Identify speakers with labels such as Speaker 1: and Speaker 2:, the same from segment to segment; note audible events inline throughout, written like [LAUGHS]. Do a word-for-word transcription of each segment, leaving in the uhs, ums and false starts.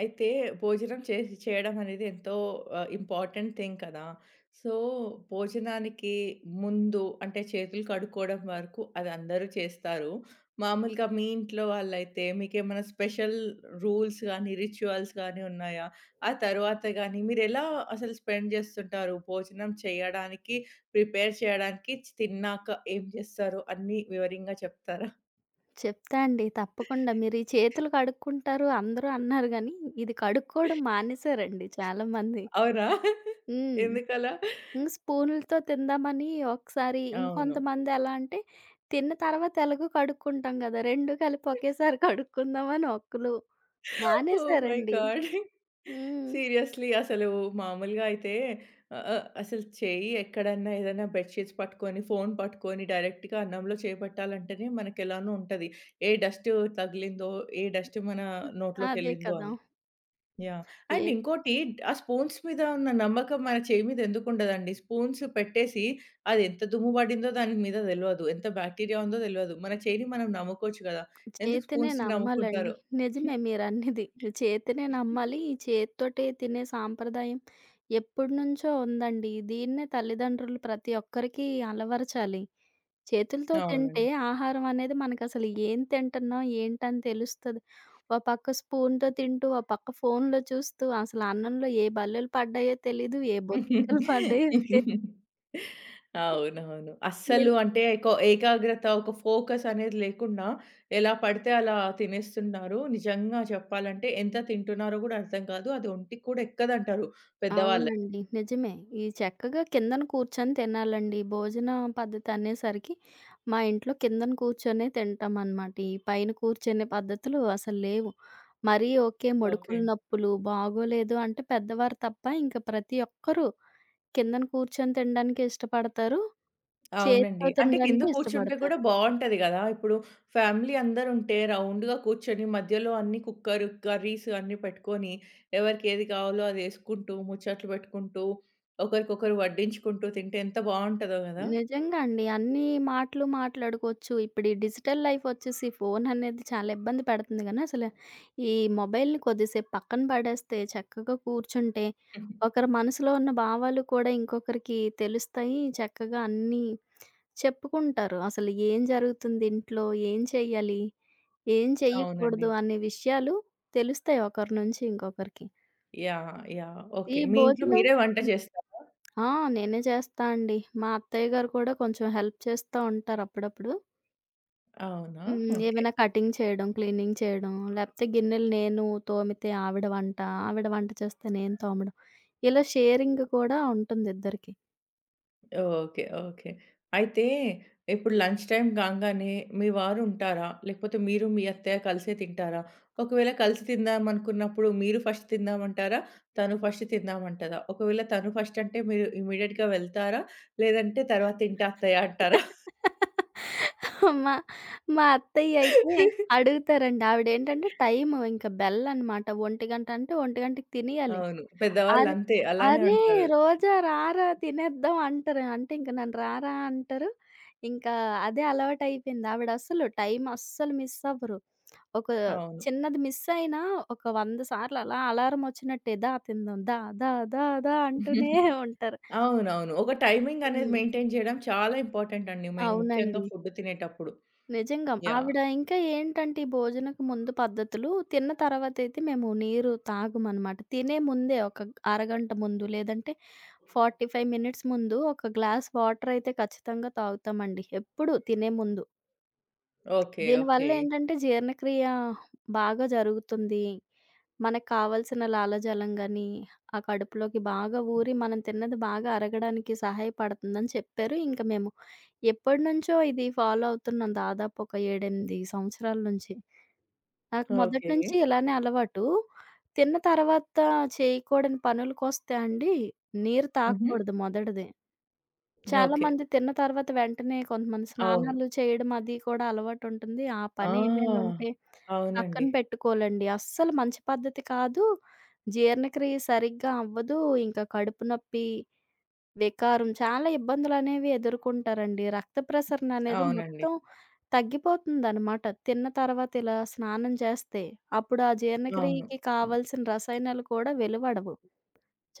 Speaker 1: అయితే భోజనం చేసి చేయడం అనేది ఎంతో ఆహ్, ఇంపార్టెంట్ థింగ్ కదా! సో, భోజనానికి ముందు అంటే చేతులు కడుక్కోవడం వరకు అది అందరూ చేస్తారు. మామూలుగా మీ ఇంట్లో వాళ్ళైతే మీకేమైనా స్పెషల్ రూల్స్ గానీ, రిచువల్స్ గానీ ఉన్నాయా? ఆ తర్వాత గానీ మీరెలా అసలు స్పెండ్ చేస్తుంటారు? భోజనం చేయడానికి, ప్రిపేర్ చేయడానికి, తిన్నాక ఏం చేస్తారు? అన్నీ వివరంగా చెప్తారా?
Speaker 2: చెప్తా అండి. తప్పకుండా. మీరు ఈ చేతులు కడుక్కుంటారు అందరూ అన్నారు గానీ, ఇది కడుక్కోవడం మానేశారండి చాలామంది.
Speaker 1: అవునా?
Speaker 2: హ్మ్.
Speaker 1: ఎందుకలా?
Speaker 2: హ్మ్. స్పూనులతో తిందామని ఒకసారి
Speaker 1: అవును.
Speaker 2: ఇంకొంతమంది ఎలా అంటే, తిన్న తర్వాత ఎలాగో కడుక్కుంటాం గదా! రెండూ కలిపి ఒకేసారి కడుక్కుందామని ఒకళ్ళు
Speaker 1: ఓహ్ మై
Speaker 2: మానేశారండి.
Speaker 1: గాడ్!
Speaker 2: హ్మ్.
Speaker 1: సీరియస్‌లీ అసలు మామూలుగా అయితే ఆహ్, ఆహ్, అసలు చేయి ఎక్కడన్నా ఏదైనా బెడ్ షీట్స్ పట్టుకొని, ఫోను పట్టుకొని డైరెక్ట్‌గా అన్నంలో చేయిబెట్టాలంటేనే మనకెలానో ఉంటది. ఏ డస్ట్ తగిలిందో, ఏ డస్ట్ మన
Speaker 2: అదే
Speaker 1: నోట్లోకెళ్ళిందో
Speaker 2: కదా!
Speaker 1: అని. యాహ్! అండ్
Speaker 2: ఏ
Speaker 1: ఇంకోటి ఆ స్పూన్స్ మీద ఉన్న నమ్మకం మన చేయి మీద ఎందుకుండదండి? స్పూన్స్ పెట్టేసి అది ఎంత దుమ్ము పడిందో దాని మీద తెలవదు. ఎంత బాక్టీరియా ఉందో తెలవదు. మన చేయిని మనం నమ్ముకోవచ్చు కదా! ఎందుకు
Speaker 2: చేతినే
Speaker 1: స్పూన్స్‌ని
Speaker 2: నమ్మాలండి.
Speaker 1: నమ్ముకుంటారో.
Speaker 2: నిజమే
Speaker 1: [LAUGHS]
Speaker 2: మీరన్నది. చేతినే నమ్మాలి. ఈ చేత్తోటే తినే సాంప్రదాయం ఎప్పటినుంచో ఉందండి. దీన్నే తల్లిదండ్రులు ప్రతి ఒక్కరికి అలవరచాలి. చేతులతో తింటే
Speaker 1: అవునండి.
Speaker 2: ఆహారం అనేది మనకసలు ఏం తింటున్నాం, ఏంటని తెలుస్తది. ఓ పక్క స్పూన్‌తో తింటూ, ఓ పక్క ఫోన్‌లో చూస్తూ అసలు అన్నంలో ఏ బల్లులు పడ్డాయో తెలీదు. ఏ బొద్దింకలు పడ్డాయో తె
Speaker 1: అవునవును.
Speaker 2: ఎల్
Speaker 1: అస్సలు అంటే ఎకో ఏకాగ్రత, ఒక ఫోకస్ అనేది లేకుండా ఎలా పడితే అలా తినేస్తున్నారు. నిజంగా చెప్పాలంటే ఎంత తింటున్నారో గూడా అర్థం కాదు. అది ఒంటికి కూడా ఎక్కదంటారు పెద్దవాళ్ళే.
Speaker 2: అవునండి. నిజమే. ఈ చక్కగా కిందన కూర్చొని తినాలండి. భోజన పద్ధతి అనేసరికి మా ఇంట్లో కిందన కూర్చొనే తింటామనమాట. ఈ పైన కూర్చునే పద్ధతులు అసలు లేవు. మరీ ఓకే.
Speaker 1: ఓకే.
Speaker 2: ముడుకులు నొప్పులు, బాగోలేదు అంటే పెద్దవారు తప్ప ఇంక ప్రతి ఒక్కరూ కిందన కూర్చొని తినడానికే ఇష్టపడతారు. చేత్తో
Speaker 1: అవునండి. అంటే కింద
Speaker 2: తినడానికి
Speaker 1: కూర్చుంటే కూడా
Speaker 2: ఇష్టపడతారు.
Speaker 1: బావుంటది గదా! ఇప్పుడు ఫ్యామిలీ అందరుంటే రౌండ్‌గా కూర్చొని మధ్యలో అన్ని కుక్కర్, కర్రీస్ అన్నీ పెట్టుకొని ఎవరికి ఏది కావాలో అదేసుకుంటూ, ముచ్చట్లు పెట్టుకుంటూ, ఒకరికొకరు వడ్డించుకుంటూ తింటే ఎంత బావుంటదో గదా!
Speaker 2: నిజంగా అండి. అన్నీ మాటలు మాట్లాడుకోవచ్చు. ఇప్పుడు ఈ డిజిటల్ లైఫ్ వచ్చేసి ఫోన్ అనేది చాలా ఇబ్బంది పెడుతుంది గానీ, అసలు ఈ మొబైల్‌ని కొద్దిసేపు పక్కన పడేస్తే, చక్కగా కూర్చుంటే,
Speaker 1: హుహు.
Speaker 2: ఒకరి మనసులో ఉన్న భావాలు కూడా ఇంకొకరికి తెలుస్తాయి. చక్కగా అన్నీ చెప్పుకుంటారు. అసలు ఏం జరుగుతుంది ఇంట్లో, ఏం చేయాలి, ఏం
Speaker 1: అవునండి.
Speaker 2: చేయకూడదు అనే విషయాలు తెలుస్తాయి ఒకరి నుంచి ఇంకొకరికి.
Speaker 1: యాహ్! యాహ్!
Speaker 2: ఈ
Speaker 1: ఓకే. మీ ఇంట్లో
Speaker 2: భోజనం
Speaker 1: మీరే వంట
Speaker 2: హ్మ్.
Speaker 1: చేస్తారా?
Speaker 2: ఆ! నేనే చేస్తా అండి. మా అత్తయ్య గారు కూడా కొంచెం హెల్ప్ చేస్తా ఉంటారు అప్పుడప్పుడు.
Speaker 1: అవునా?
Speaker 2: హ్మ్.
Speaker 1: ఓకే.
Speaker 2: ఏమైనా కటింగ్ చేయడం, క్లీనింగ్ చేయడం, లేపోతే గిన్నెలు నేను తోమితే ఆవిడ వంట, ఆవిడ వంట చేస్తే నేను తోమడం. ఇలా షేరింగ్ కూడా ఉంటుంది ఇద్దరికి.
Speaker 1: ఓకే. ఓకే. అయితే ఇప్పుడు లంచ్ టైమ్ కాంగానే మీ వారు ఉంటారా? లేకపోతే మీరు, మీ అత్తయ్య కలిసే తింటారా? ఒకవేళ కలిసి తిందామనుకున్నప్పుడు మీరు ఫస్ట్ తిందామంటారా? తను ఫస్ట్ తిందామంటదా? ఒకవేళ తను ఫస్ట్ అంటే మీరు ఇమ్మీడియేట్‌గా వెళ్తారా? లేదంటే తర్వాత తింటా అత్తయ్య అంటారా?
Speaker 2: మా మా అత్తయ్య అయితే
Speaker 1: [LAUGHS]
Speaker 2: అడుగుతారండి. ఆవిడేంటంటే టైము ఇంక బెల్ అనమాట. ఒంటి గంట అంటే 1:00కి తినేయాలి.
Speaker 1: అవును.
Speaker 2: అరె!
Speaker 1: పెద్దవాళ్ళంతే అలానే
Speaker 2: అరే!
Speaker 1: అంటారు.
Speaker 2: రోజా రారా తినేద్దాం అంటారు. అంటే ఇంక నన్ను రారా అంటారు. ఇంకా అదే అలవాటయిపోయింది. ఆవిడసలు టైం అస్సలు మిస్ అవ్వరు. ఒక
Speaker 1: అవును.
Speaker 2: చిన్నది మిస్ అయినా ఒక వంద సార్లు అలా అలారం వచ్చినట్టే దా తిందాం దా, దా, దా, దా అంటూనే ఉంటారు.
Speaker 1: అవునవును. ఒక టైమింగ్ అనేది
Speaker 2: హ్మ్.
Speaker 1: మెయింటైన్ చేయడం చాలా ఇంపార్టెంట్ అండి. మేము ముఖ్యంగా
Speaker 2: అవునండి.
Speaker 1: ఫుడ్ తినేటప్పుడు.
Speaker 2: నిజంగా.
Speaker 1: యాహ్!
Speaker 2: ఆవిడ ఇంకా ఏంటంటే, ఈ భోజనకు ముందు పద్ధతులు తిన్న తర్వాతయితే మేము నీరు తాగమనమాట. తినే ముందే ఒక అరగంట ముందు లేదంటే నలభై ఐదు మినిట్స్ ముందు ఒక గ్లాస్ వాటరయితే ఖచ్చితంగా తాగుతామండి. ఎప్పుడు తినే ముందు.
Speaker 1: ఓకే.
Speaker 2: దీనివల్ల
Speaker 1: ఓకే.
Speaker 2: ఏంటంటే జీర్ణక్రియ బాగా జరుగుతుంది. మనకు కావాల్సిన లాలజలం గాని, ఆ కడుపులోకి బాగా ఊరి మనం తిన్నది బాగా అరగడానికి సహాయపడుతుందని చెప్పారు. ఇంక మేము ఎప్పటినుంచో ఇది ఫాలో అవుతున్నాం దాదాపు ఒక ఏడు, ఎనిమిది సంవత్సరాల నుంచి. నాకు మొదటి
Speaker 1: ఓకే.
Speaker 2: నుంచి ఇలానే అలవాటు. తిన్న తర్వాత చేయకూడని పనులకొస్తే అండి, నీరు
Speaker 1: హుహు.
Speaker 2: తాగకూడదు మొదటిది. చాలా
Speaker 1: ఓకే.
Speaker 2: మంది తిన్న తర్వాత వెంటనే కొంతమంది
Speaker 1: అవును.
Speaker 2: స్నానాలు చేయడం అది కూడా అలవాటుంటుంది. ఆ పని ఏమైనా
Speaker 1: ఆ!
Speaker 2: ఉంటే పక్కన
Speaker 1: అవునండి.
Speaker 2: పెట్టుకోలండి. అస్సలు మంచి పద్ధతి కాదు. జీర్ణక్రియ సరిగ్గా అవ్వదు. ఇంకా కడుపు నొప్పి, వికారం చాలా ఇబ్బందులనేవి ఎదుర్కొంటారండి. రక్త ప్రసరణ అనేది
Speaker 1: అవునండి.
Speaker 2: మొత్తం తగ్గిపోతుందనమాట. తిన్న తర్వాత ఇలా స్నానం చేస్తే. అప్పుడు ఆ
Speaker 1: అవును.
Speaker 2: జీర్ణక్రియకి కావాల్సిన రసాయనాలు కూడా వెలువడవు.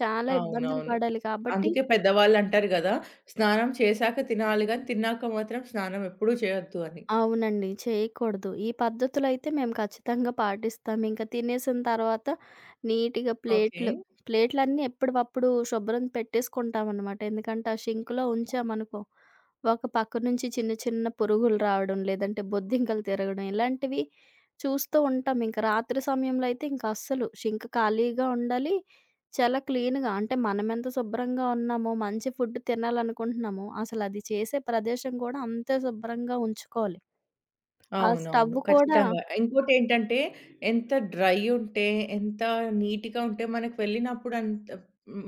Speaker 2: చాలా ఇబ్బందులు
Speaker 1: అవునవును.
Speaker 2: పడాలి కాబట్టి
Speaker 1: అందుకే పెద్దవాళ్ళంటారు గదా! స్నానం చేశాక తినాలి గాని, తిన్నాక మాత్రం స్నానం ఎప్పుడూ చేయొద్దు అని.
Speaker 2: అవునండి. చేయకూడదు. ఈ పద్ధతులైతే మేము ఖచ్చితంగా పాటిస్తాం. ఇంక తినేసిన తర్వాత నీట్‌గా
Speaker 1: ఓకే.
Speaker 2: ప్లేట్లు ప్లేట్లన్నీ ఎప్పటివప్పుడు శుభ్రం పెట్టేసుకుంటామనమాట. ఎందుకంటే ఆ షింక్‌లో ఉంచామనుకో, ఒక పక్క నుంచి చిన్న చిన్న పురుగులు రావడం, లేదంటే బొద్దింకలు తిరగడం ఇలాంటివి చూస్తూ ఉంటాం. ఇంక రాత్రి సమయంలో అయితే ఇంక అస్సలు షింక్ ఖాళీగా ఉండాలి. చాలా క్లీన్‌గా అంటే మనమెంత శుభ్రంగా ఉన్నామో, మంచి ఫుడ్ తినాలనుకుంటున్నామో, అసలది చేసే ప్రదేశం కూడా అంతే శుభ్రంగా ఉంచుకోవాలి. ఆ స్టవ్
Speaker 1: అవునవును.
Speaker 2: కూడా
Speaker 1: ఖచ్చితంగా. ఇంకోటేంటంటే ఎంత డ్రై ఉంటే, ఎంత నీట్‌గా ఉంటే మనకు వెళ్ళినప్పుడు అంత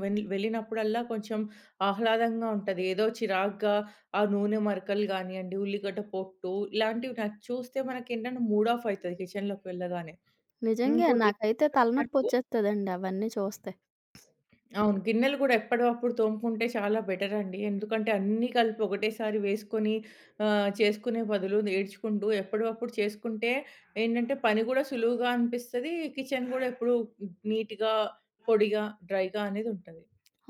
Speaker 1: వెళ్ వెళ్ళినప్పుడల్లా కొంచెం ఆహ్లాదంగా ఉంటది. ఏదో చిరాగ్గా ఆ నూనె మరకలు గానియండి, ఉల్లిగడ్డ పొట్టు ఇలాంటివి నాకు చూస్తే మనకేంటంటే మూడ్ ఆఫ్ అయితది కిచెన్‌లోకి వెళ్ళగానే.
Speaker 2: నిజంగే
Speaker 1: ఇంకోటి
Speaker 2: నాకైతే తలనొప్పొచ్చేస్తదండి అవన్నీ చూస్తే.
Speaker 1: అవును. గిన్నెలు గూడా ఎప్పటివప్పుడు తోముకుంటే చాలా బెటరండి. ఎందుకంటే అన్నీ కలిపి ఒకటేసారి వేసుకొని ఆహ్, చేసుకునే బదులు ఈడ్చుకుంటూ ఎప్పటివప్పుడు చేసుకుంటే ఏంటంటే పని గూడా సులువుగా అనిపిస్తది. కిచెన్ గూడా ఎప్పుడు నీట్‌గా, పొడిగా, డ్రైగా అనేది ఉంటది.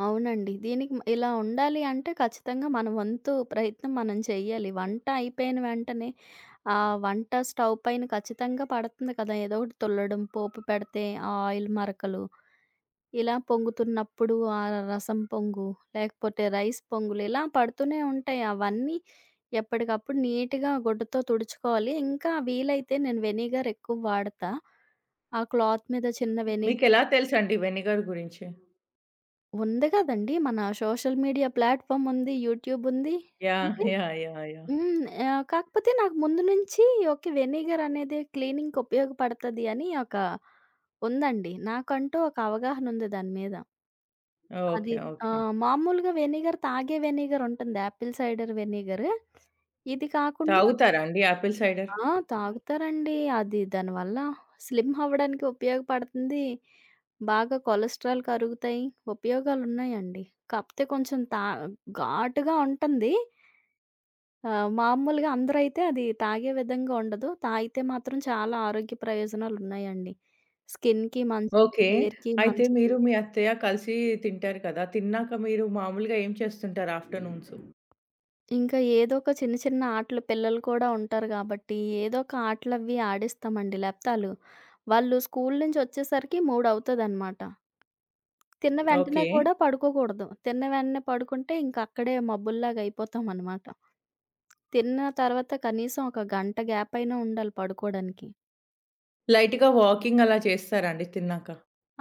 Speaker 2: అవునండి. దీనికి మ ఇలా ఉండాలి అంటే ఖచ్చితంగా మన వంతు ప్రయత్నం మనం చెయ్యాలి. వంట అయిపోయిన వెంటనే ఆ వంట స్టవ్ పైన ఖచ్చితంగా పడుతుంది కదా! ఏదో ఒకటి తుల్లడం, పోపు పెడితే ఆ ఆయిల్ మరకలు. ఇలా పొంగుతున్నప్పుడు ఆ రసం పొంగు, లేకపోతే రైస్ పొంగులు ఇలా పడుతూనే ఉంటాయి. అవన్నీ ఎప్పటికప్పుడు నీట్‌గా గుడ్డతో తుడుచుకోవాలి. ఇంకా వీలైతే నేను వెనిగర్ ఎక్కువ వాడతా. ఆ క్లాత్ మీద చిన్న వెని
Speaker 1: మీకెలా తెలుసండి వెనిగర్ గురించి?
Speaker 2: ఉంది కదండీ! మన సోషల్ మీడియా ప్లాట్‌ఫార్మ్ ఉంది. యూట్యూబ్ ఉంది.
Speaker 1: యాహ్!
Speaker 2: అంటే
Speaker 1: yeah! Yeah! Yeah!
Speaker 2: Hmm. Ah, కాకపోతే నాకు ముందు నుంచి ఓకే. వెనిగర్ అనేది క్లీనింగ్‌కి ఉపయోగపడతది అని ఒక ఉందండి. నాకంటూ ఒక అవగాహన ఉంది దాని మీద. అది
Speaker 1: ఓకే. ఓకే.
Speaker 2: ఆహ్, మామూలుగా వెనిగర్ తాగే వెనిగర్ ఉంటుంది. Apple cider vinegar. ఇది కాకుండా
Speaker 1: తాగుతారా అండి యాపిల్ సైడర్?
Speaker 2: ఆ! తాగుతారండి. అది దానివల్ల స్లిమ్ అవ్వడానికి ఉపయోగపడుతుంది. బాగా కొలెస్ట్రాల్ కరుగుతాయి. ఉపయోగాలున్నాయండి. కాపోతే కొంచెం తా ఘాటుగా ఉంటుంది. ఆహ్, మామూలుగా అందరూ అయితే అది తాగే విధంగా ఉండదు. తాగితే మాత్రం చాలా ఆరోగ్య ప్రయోజనాలున్నాయండి. స్కిన్‌కి మంచిది,
Speaker 1: ఓకే.
Speaker 2: హెయిర్‌కి
Speaker 1: అయితే
Speaker 2: మంచిది.
Speaker 1: మీరు మీ అత్తయ్య కలిసి తింటారు కదా! తిన్నాక మీరు మామూలుగా ఏం చేస్తుంటారు ఆఫ్టర్‌నూన్స్?
Speaker 2: ఇంకా ఏదో ఒక చిన్న చిన్న ఆటలు పిల్లలు కూడా ఉంటారు గాబట్టి, ఏదో ఒక ఆటలవి ఆడిస్తామండి. లేపోతే ఆళ్ళు వాళ్ళు స్కూలు నుంచొచ్చేసరికి మూడు అవుతదనమాట. తిన్న వెంటనే
Speaker 1: ఓకే.
Speaker 2: కూడా పడుకోకూడదు. తిన్న వెంటనే పడుకుంటే ఇంక అక్కడే మబ్బుల్లాగా అయిపోతామనమాట. తిన్న తర్వాత కనీసం ఒక గంట గ్యాప్ అయినా ఉండాలి పడుకోడానికి.
Speaker 1: లైట్‌గా వాకింగ్ అలా చేస్తారా అండి తిన్నాక?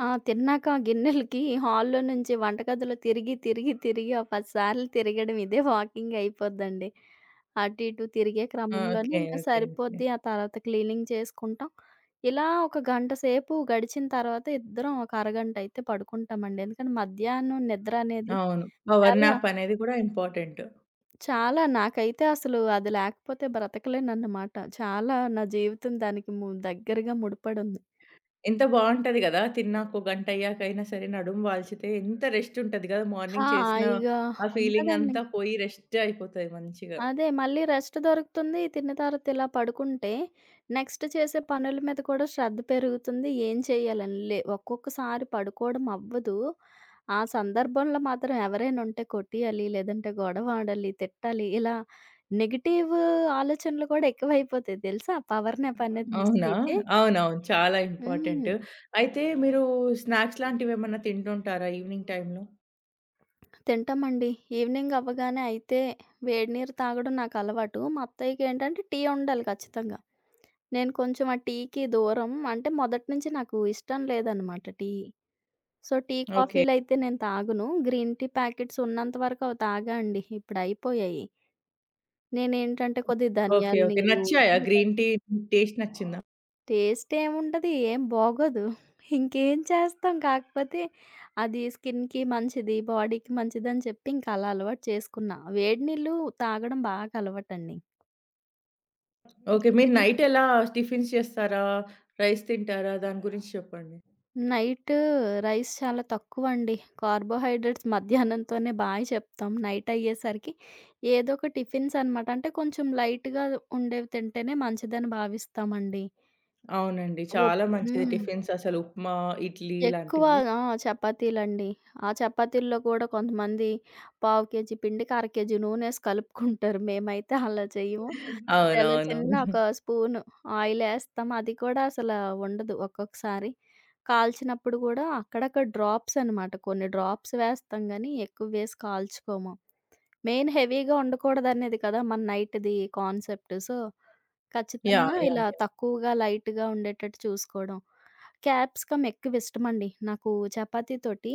Speaker 2: ఆ! తిన్నాక ఆ గిన్నెలకి హాల్‌లో నుంచి వంటగదిలో తిరిగి, తిరిగి, తిరిగి ఓ పది సార్లు తిరగడం ఇదే వాకింగ్ అయిపోద్దండి. అటు ఇటు తిరిగే
Speaker 1: ఆ!
Speaker 2: క్రమంలోనే
Speaker 1: ఓకే.
Speaker 2: ఇంకా
Speaker 1: ఓకే. ఓకే.
Speaker 2: సరిపోద్ది. ఆ తర్వాత క్లీనింగ్ చేసుకుంటాం. ఇలా ఒక గంట సేపు గడిచిన తర్వాత ఇద్దరం ఒక అరగంట అయితే పడుకుంటామండి. ఎందుకంటే మధ్యాహ్నం నిద్ర అనేది
Speaker 1: అవును. పవర్
Speaker 2: చాలా,
Speaker 1: న్యాప్ అనేది కూడా ఇంపార్టెంట్.
Speaker 2: చాలా నాకైతే అసలు అది లేకపోతే బ్రతకలేనన్నమాట. చాలా నా జీవితం దానికి ము దగ్గరగా ముడిపడుంది.
Speaker 1: ఎంత బావుంటది గదా! తిన్నాక ఓ గంట అయ్యాకైనా సరే నడుము వాల్చితే ఎంత రెస్ట్ ఉంటది గదా!
Speaker 2: ఆ!
Speaker 1: మార్నింగ్ చేసిన
Speaker 2: హాయిగా
Speaker 1: ఆ ఫీలింగ్
Speaker 2: ఉంటదండి.
Speaker 1: అంతా పోయి రెస్ట్ అయిపోతది మంచిగా.
Speaker 2: అదే. మళ్ళీ రెస్ట్ దొరుకుతుంది. తిన్న తర్వాత ఇలా పడుకుంటే, నెక్స్ట్ చేసే పనుల మీద కూడా శ్రద్ధ పెరుగుతుంది. ఏం చేయాలని లే ఒక్కొక్కసారి పడుకోవడం అవ్వదు. ఆ సందర్భంలో మాత్రం ఎవరైనా ఉంటే కొట్టేయాలి, లేదంటే గొడవ ఆడాలి, తిట్టాలి. ఇలా నెగెటివ్ ఆలోచనలు కూడా ఎక్కువైపోతాయి తెలుసా? పవర్ నాప్ అనేది మిస్
Speaker 1: అవునా?
Speaker 2: అయితే
Speaker 1: అవునవును. చాలా ఇంపార్టెంట్.
Speaker 2: హ్మ్.
Speaker 1: అయితే మీరు స్నాక్స్ లాంటివేమన్నా తింటుంటారా ఈవినింగ్ టైమ్‌లో?
Speaker 2: తింటామండి. ఈవినింగ్ అవ్వగానే అయితే వేడి నీరు తాగడం నాకు అలవాటు. మా అత్తయ్యకేంటంటే టీ ఉండాలి ఖచ్చితంగా. నేను కొంచెం ఆ టీకి దూరం. అంటే మొదటి నుంచి నాకు ఇష్టం లేదనమాట టీ. So, tea,
Speaker 1: okay.
Speaker 2: కాఫీలయితే నేను తాగను. గ్రీన్ టీ ప్యాకెట్స్ ఉన్నంత వరకు అవి తాగా అండి. ఇప్పుడయిపోయాయి. నేనేంటంటే కొద్దిగా
Speaker 1: ఓకే.
Speaker 2: ధనియాల
Speaker 1: ఓకే.
Speaker 2: నీరు,
Speaker 1: నచ్చాయా?
Speaker 2: జీలకర్ర
Speaker 1: గ్రీన్ టీ టేస్ట్ నచ్చిందా?
Speaker 2: టేస్ట్ ఏముంటది? ఏం బాగోదు. ఇంకేం చేస్తాం? కాకపోతే అది స్కిన్‌కి మంచిది, బాడీకి మంచిదని చెప్పి ఇంక అలా అలవాటు చేసుకున్నా. వేడి నీళ్ళు తాగడం బాగా అలవాటండి.
Speaker 1: ఓకే. మీరు నైట్ ఎలా టిఫిన్స్ చేస్తారా? రైస్ తింటారా? దాని గురించి చెప్పండి.
Speaker 2: నైట్ రైస్ చాలా తక్కువండి. కార్బోహైడ్రేట్స్ మధ్యాహ్నంతోనే బాయ్ చెప్తాం. నైట్ అయ్యేసరికి ఏదో ఒక టిఫిన్స్ అనమాట. అంటే కొంచెం లైట్‌గా ఉండేవి తింటేనే మంచిదని భావిస్తామండి.
Speaker 1: అవునండి.
Speaker 2: ఒప్
Speaker 1: చాలా మంచిది
Speaker 2: హ్మ్.
Speaker 1: టిఫిన్స్ అసలు ఉప్మా, ఇడ్లీ
Speaker 2: ఎక్కువ
Speaker 1: ఇలాంటివి.
Speaker 2: ఆ! చపాతీలండి. ఆ చపాతీల్లో కూడా కొంతమంది పావు కేజీ పిండికి అర కేజీ నూనేసి కలుపుకుంటారు. మేమైతే అలా చెయ్యము. చాలా చిన్న
Speaker 1: అవునవునవును.
Speaker 2: ఒక స్పూను ఆయిలేస్తాం. అది కూడా అసల ఉండదు ఒక్కొక్కసారి. కాల్చినప్పుడు గూడా అక్కడక్కడ డ్రాప్స్ అనమాట. కొన్ని డ్రాప్స్ వేస్తాం గానీ, ఎక్కువ వేసి కాల్చుకోము. మెయిన్ హెవీగా ఉండకూడదనేది కదా! మన నైట్‌ది కాన్సెప్ట్. సో, ఖచ్చితంగా
Speaker 1: యాహ్! యాహ్!
Speaker 2: ఇలా
Speaker 1: యాహ్! [LAUGHS]
Speaker 2: తక్కువగా, లైట్‌గా ఉండేటట్టు చూసుకోవడం. క్యాప్సికమ్ ఎక్కువ ఇష్టమండి. నాకు చపాతీతోటి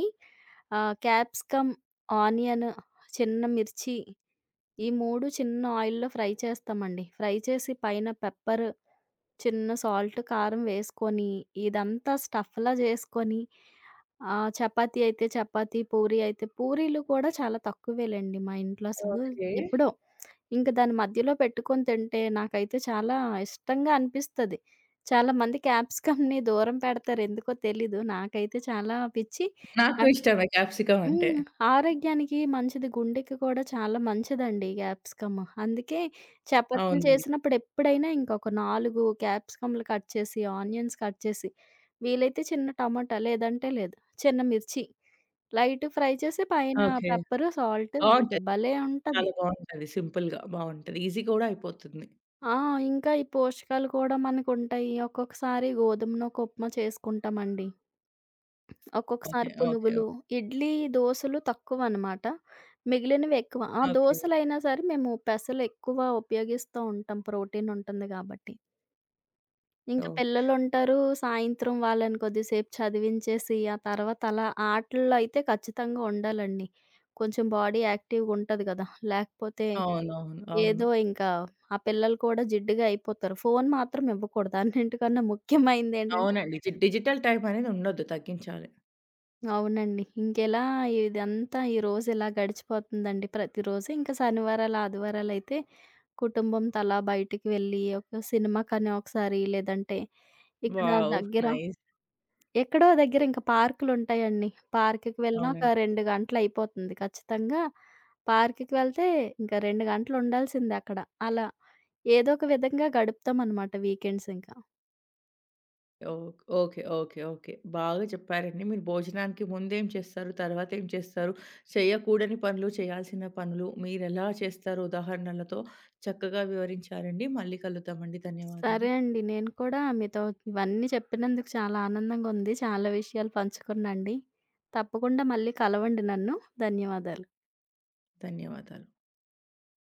Speaker 2: ఆహ్, క్యాప్సికమ్, ఆనియన్, చిన్న మిర్చి ఈ మూడు చిన్న ఆయిల్‌లో ఫ్రై చేస్తామండి. ఫ్రై చేసి పైన పెప్పర్, చిన్న సాల్ట్, కారం వేసుకొని, ఇదంతా స్టఫ్‌లా చేసుకొని ఆహ్, చపాతీ అయితే చపాతీ, పూరి అయితే పూరీలు కూడా చాలా తక్కువేలెండి మా ఇంట్లో అసలు.
Speaker 1: ఓకే.
Speaker 2: ఎప్పుడో. ఇంక దాని మధ్యలో పెట్టుకొని తింటే నాకైతే చాలా ఇష్టంగా అనిపిస్తది. చాలామంది క్యాప్సికమ్‌ని దూరం పెడతారు ఎందుకో తెలీదు. నాకైతే చాలా పిచ్చి.
Speaker 1: నాకు ఇష్టమే క్యాప్సికమ్ అంటే.
Speaker 2: హ్మ్. ఆరోగ్యానికి మంచిది. గుండెకి కూడా చాలా మంచిదండి ఈ క్యాప్సికమ్. అందుకే చపాతీలు
Speaker 1: అవునండి.
Speaker 2: చేసినప్పుడు ఎప్పుడైనా ఇంకొక నాలుగు క్యాప్సికమ్‌లు కట్ చేసి, ఆనియన్స్ కట్ చేసి, వీలైతే చిన్న టమాటా లేదంటే లేదు. చిన్న మిర్చి లైట్ ఫ్రై చేసి పైన
Speaker 1: ఓకే.
Speaker 2: పెప్పరు, సాల్ట్ అంతే
Speaker 1: బావుంటది.
Speaker 2: భలే ఉంటది.
Speaker 1: చాలా బావుంటది. సింపుల్‌గా బావుంటది. ఈజీ కూడా అయిపోతుంది.
Speaker 2: ఆ! ఇంకా ఈ పోషకాలు కూడా మనకుంటాయి. ఒక్కొక్కసారి గోధుమ నూక ఉప్మా చేసుకుంటామండి.
Speaker 1: ఓకే.
Speaker 2: ఒక్కొక్కసారి
Speaker 1: ఓకే.
Speaker 2: పునుగులు,
Speaker 1: ఓకే.
Speaker 2: ఇడ్లీ, దోసలు తక్కువనమాట. మిగిలినవి ఎక్కువ. ఆ
Speaker 1: ఓకే.
Speaker 2: దోసలైనా సరే మేము పెసలు ఎక్కువ ఉపయోగిస్తూ ఉంటాం ప్రోటీన్ ఉంటుంది గాబట్టి. ఇంక
Speaker 1: ఓకే.
Speaker 2: పిల్లలుంటారు, సాయంత్రం వాళ్ళని కొద్దిసేపు చదివించేసి, ఆ తర్వాత అలా ఆటల్లో అయితే ఖచ్చితంగా ఉండాలండి. కొంచెం బాడీ యాక్టివ్‌గుంటది గదా! లేకపోతే
Speaker 1: అవునవును. అవును.
Speaker 2: ఏదో ఇంకా ఆ పిల్లలు కూడా జిడ్డుగా అయిపోతారు. ఫోను మాత్రం ఇవ్వకూడదు. అన్నింటికన్నా ముఖ్యమైనదేంటంటే
Speaker 1: అవునండి. జిట్ డిజిటల్ టైం అనేది ఉండొద్దు. తగ్గించాలి.
Speaker 2: అవునండి. ఇంకెలా ఇదంతా ఈ రోజు ఇలా గడిచిపోతుందండి ప్రతిరోజు. ఇంకా శనివారాలు, ఆదివారాలైతే కుటుంబం తలా బయటికి వెళ్ళి ఒక సినిమాకని ఒకసారి లేదంటే ఇక్కడ
Speaker 1: వావ్!
Speaker 2: దగ్గర
Speaker 1: నైస్.
Speaker 2: ఎక్కడో దగ్గర ఇంకా పార్కులుంటాయండి. పార్క్‌కి వెళ్ళినా ఒక
Speaker 1: అవునండి.
Speaker 2: రెండు గంటలయిపోతుంది ఖచ్చితంగా. పార్క్‌కి వెళ్తే ఇంకా రెండు గంటలుండాల్సిందే అక్కడ. అలా ఏదో ఒక విధంగా గడుపుతామనమాట వీకెండ్స్ ఇంక.
Speaker 1: ఓక్ ఓకే. ఓకే. ఓకే. బాగా చెప్పారండి. మీరు భోజనానికి ముందేం చేస్తారు? తర్వాతేం చేస్తారు? చేయకూడని పనులు, చేయాల్సిన పనులు మీరెలా చేస్తారో ఉదాహరణలతో చక్కగా వివరించారండి. మళ్ళీ కలుద్దామండి.
Speaker 2: సరే
Speaker 1: ధన్యవాదాలు.
Speaker 2: అండి. నేను కూడా మీతో ఇవన్నీ చెప్పినందుకు చాలా ఆనందంగా ఉంది. చాలా విషయాలు పంచుకున్నా అండి. తప్పకుండా మళ్ళీ కలవండి నన్ను. ధన్యవాదాలు.
Speaker 1: ధన్యవాదాలు.